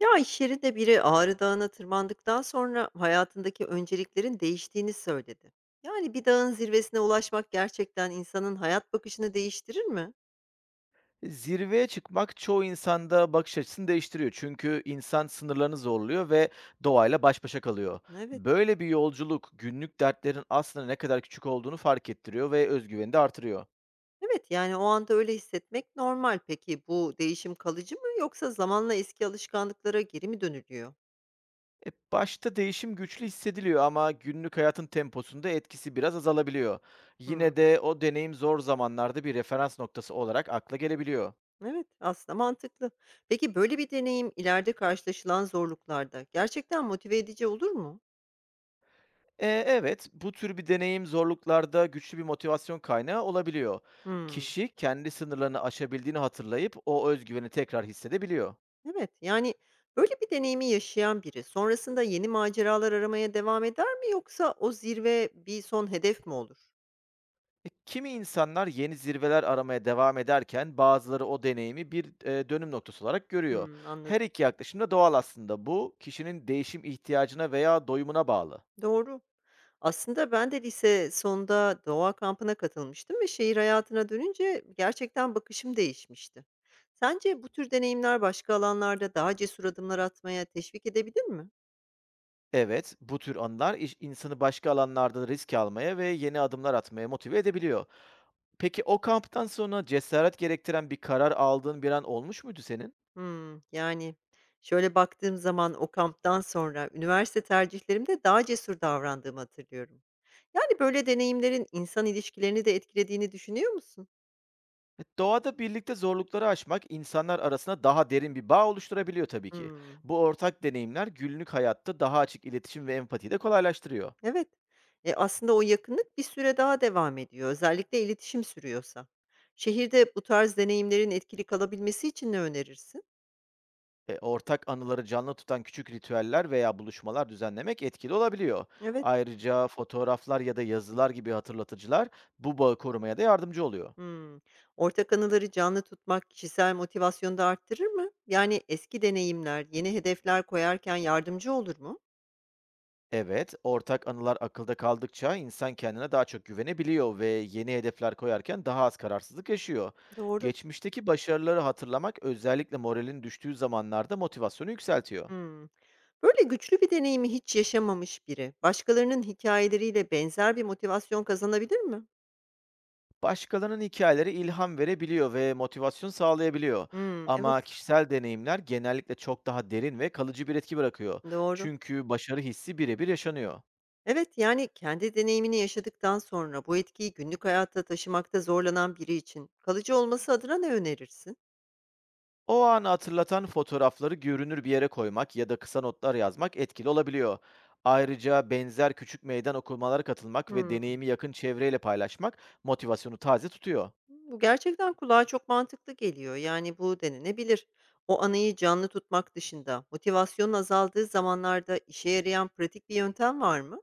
Ya, iş yerinde biri Ağrı Dağı'na tırmandıktan sonra hayatındaki önceliklerin değiştiğini söyledi. Yani bir dağın zirvesine ulaşmak gerçekten insanın hayat bakışını değiştirir mi? Zirveye çıkmak çoğu insanda bakış açısını değiştiriyor. Çünkü insan sınırlarını zorluyor ve doğayla baş başa kalıyor. Evet. Böyle bir yolculuk günlük dertlerin aslında ne kadar küçük olduğunu fark ettiriyor ve özgüveni de artırıyor. Evet, yani o anda öyle hissetmek normal. Peki bu değişim kalıcı mı yoksa zamanla eski alışkanlıklara geri mi dönülüyor? Başta değişim güçlü hissediliyor ama günlük hayatın temposunda etkisi biraz azalabiliyor. Hımm. Yine de o deneyim zor zamanlarda bir referans noktası olarak akla gelebiliyor. Evet, aslında mantıklı. Peki böyle bir deneyim ileride karşılaşılan zorluklarda gerçekten motive edici olur mu? Evet, bu tür bir deneyim zorluklarda güçlü bir motivasyon kaynağı olabiliyor. Hımm. Kişi kendi sınırlarını aşabildiğini hatırlayıp o özgüveni tekrar hissedebiliyor. Evet, yani, böyle bir deneyimi yaşayan biri sonrasında yeni maceralar aramaya devam eder mi yoksa o zirve bir son hedef mi olur? Kimi insanlar yeni zirveler aramaya devam ederken bazıları o deneyimi bir dönüm noktası olarak görüyor. Hımm, Her anladım. iki yaklaşım da doğal aslında. Bu kişinin değişim ihtiyacına veya doyumuna bağlı. Doğru. Aslında ben de lise sonunda doğa kampına katılmıştım ve şehir hayatına dönünce gerçekten bakışım değişmişti. Sence bu tür deneyimler başka alanlarda daha cesur adımlar atmaya teşvik edebilir mi? Evet, bu tür anılar insanı başka alanlarda risk almaya ve yeni adımlar atmaya motive edebiliyor. Peki o kamptan sonra cesaret gerektiren bir karar aldığın bir an olmuş muydu senin? Hımm. Yani, şöyle baktığım zaman o kamptan sonra üniversite tercihlerimde daha cesur davrandığımı hatırlıyorum. Yani, böyle deneyimlerin insan ilişkilerini de etkilediğini düşünüyor musun? Doğada birlikte zorlukları aşmak insanlar arasında daha derin bir bağ oluşturabiliyor tabii ki. Hımm. Bu ortak deneyimler günlük hayatta daha açık iletişim ve empatiyi de kolaylaştırıyor. Evet. Aslında o yakınlık bir süre daha devam ediyor, özellikle iletişim sürüyorsa. Şehirde bu tarz deneyimlerin etkili kalabilmesi için ne önerirsin? Ortak anıları canlı tutan küçük ritüeller veya buluşmalar düzenlemek etkili olabiliyor. Evet. Ayrıca fotoğraflar ya da yazılar gibi hatırlatıcılar bu bağı korumaya da yardımcı oluyor. Hımm. Ortak anıları canlı tutmak kişisel motivasyonu da arttırır mı? Yani, eski deneyimler yeni hedefler koyarken yardımcı olur mu? Evet, ortak anılar akılda kaldıkça insan kendine daha çok güvenebiliyor ve yeni hedefler koyarken daha az kararsızlık yaşıyor. Doğru. Geçmişteki başarıları hatırlamak özellikle moralin düştüğü zamanlarda motivasyonu yükseltiyor. Hımm. Böyle güçlü bir deneyimi hiç yaşamamış biri, başkalarının hikayeleriyle benzer bir motivasyon kazanabilir mi? Başkalarının hikayeleri ilham verebiliyor ve motivasyon sağlayabiliyor. Hımm, evet, Ama kişisel deneyimler genellikle çok daha derin ve kalıcı bir etki bırakıyor. doğru. Çünkü başarı hissi birebir yaşanıyor. Evet, yani kendi deneyimini yaşadıktan sonra bu etkiyi günlük hayatta taşımakta zorlanan biri için kalıcı olması adına ne önerirsin? O anı hatırlatan fotoğrafları görünür bir yere koymak ya da kısa notlar yazmak etkili olabiliyor. Ayrıca benzer küçük meydan okumalara katılmak ve Hımm. deneyimi yakın çevreyle paylaşmak motivasyonu taze tutuyor. Bu gerçekten kulağa çok mantıklı geliyor. Yani bu denenebilir. O anıyı canlı tutmak dışında motivasyonun azaldığı zamanlarda işe yarayan pratik bir yöntem var mı?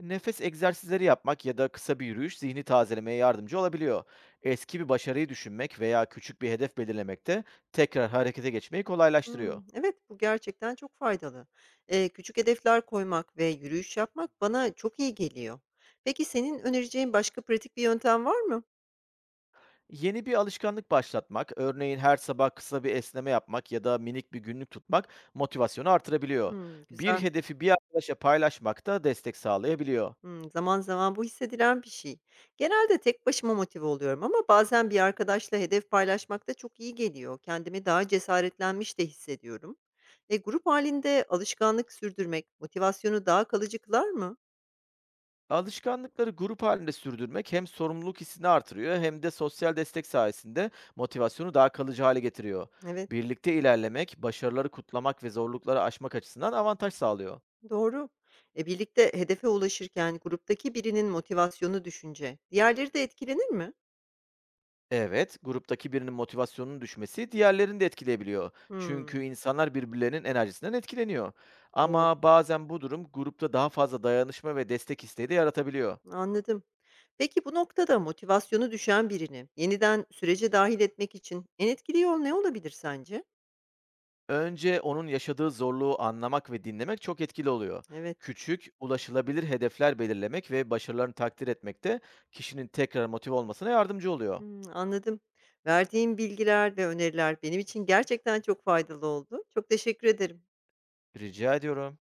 Nefes egzersizleri yapmak ya da kısa bir yürüyüş zihni tazelemeye yardımcı olabiliyor. Eski bir başarıyı düşünmek veya küçük bir hedef belirlemek de tekrar harekete geçmeyi kolaylaştırıyor. Hımm. Evet, bu gerçekten çok faydalı. Küçük hedefler koymak ve yürüyüş yapmak bana çok iyi geliyor. Peki senin önereceğin başka pratik bir yöntem var mı? Yeni bir alışkanlık başlatmak, örneğin her sabah kısa bir esneme yapmak ya da minik bir günlük tutmak motivasyonu artırabiliyor. Hımm, Bir güzel. hedefi bir arkadaşa paylaşmak da destek sağlayabiliyor. Hımm, zaman zaman bu hissedilen bir şey. Genelde tek başıma motive oluyorum ama bazen bir arkadaşla hedef paylaşmak da çok iyi geliyor. Kendimi daha cesaretlenmiş de hissediyorum. Grup halinde alışkanlık sürdürmek motivasyonu daha kalıcı kılar mı? Alışkanlıkları grup halinde sürdürmek hem sorumluluk hissini artırıyor hem de sosyal destek sayesinde motivasyonu daha kalıcı hale getiriyor. Evet. Birlikte ilerlemek, başarıları kutlamak ve zorlukları aşmak açısından avantaj sağlıyor. Doğru. Birlikte hedefe ulaşırken gruptaki birinin motivasyonu düşünce, diğerleri de etkilenir mi? Evet, gruptaki birinin motivasyonunun düşmesi diğerlerini de etkileyebiliyor. Hımm, Çünkü insanlar birbirlerinin enerjisinden etkileniyor. doğru. Ama bazen bu durum grupta daha fazla dayanışma ve destek isteği de yaratabiliyor. Anladım. Peki bu noktada motivasyonu düşen birini yeniden sürece dahil etmek için en etkili yol ne olabilir sence? Önce onun yaşadığı zorluğu anlamak ve dinlemek çok etkili oluyor. Evet, Küçük, ulaşılabilir hedefler belirlemek ve başarılarını takdir etmek de kişinin tekrar motive olmasına yardımcı oluyor. hımm, anladım. Verdiğim bilgiler ve öneriler benim için gerçekten çok faydalı oldu. Çok teşekkür ederim. Rica ediyorum.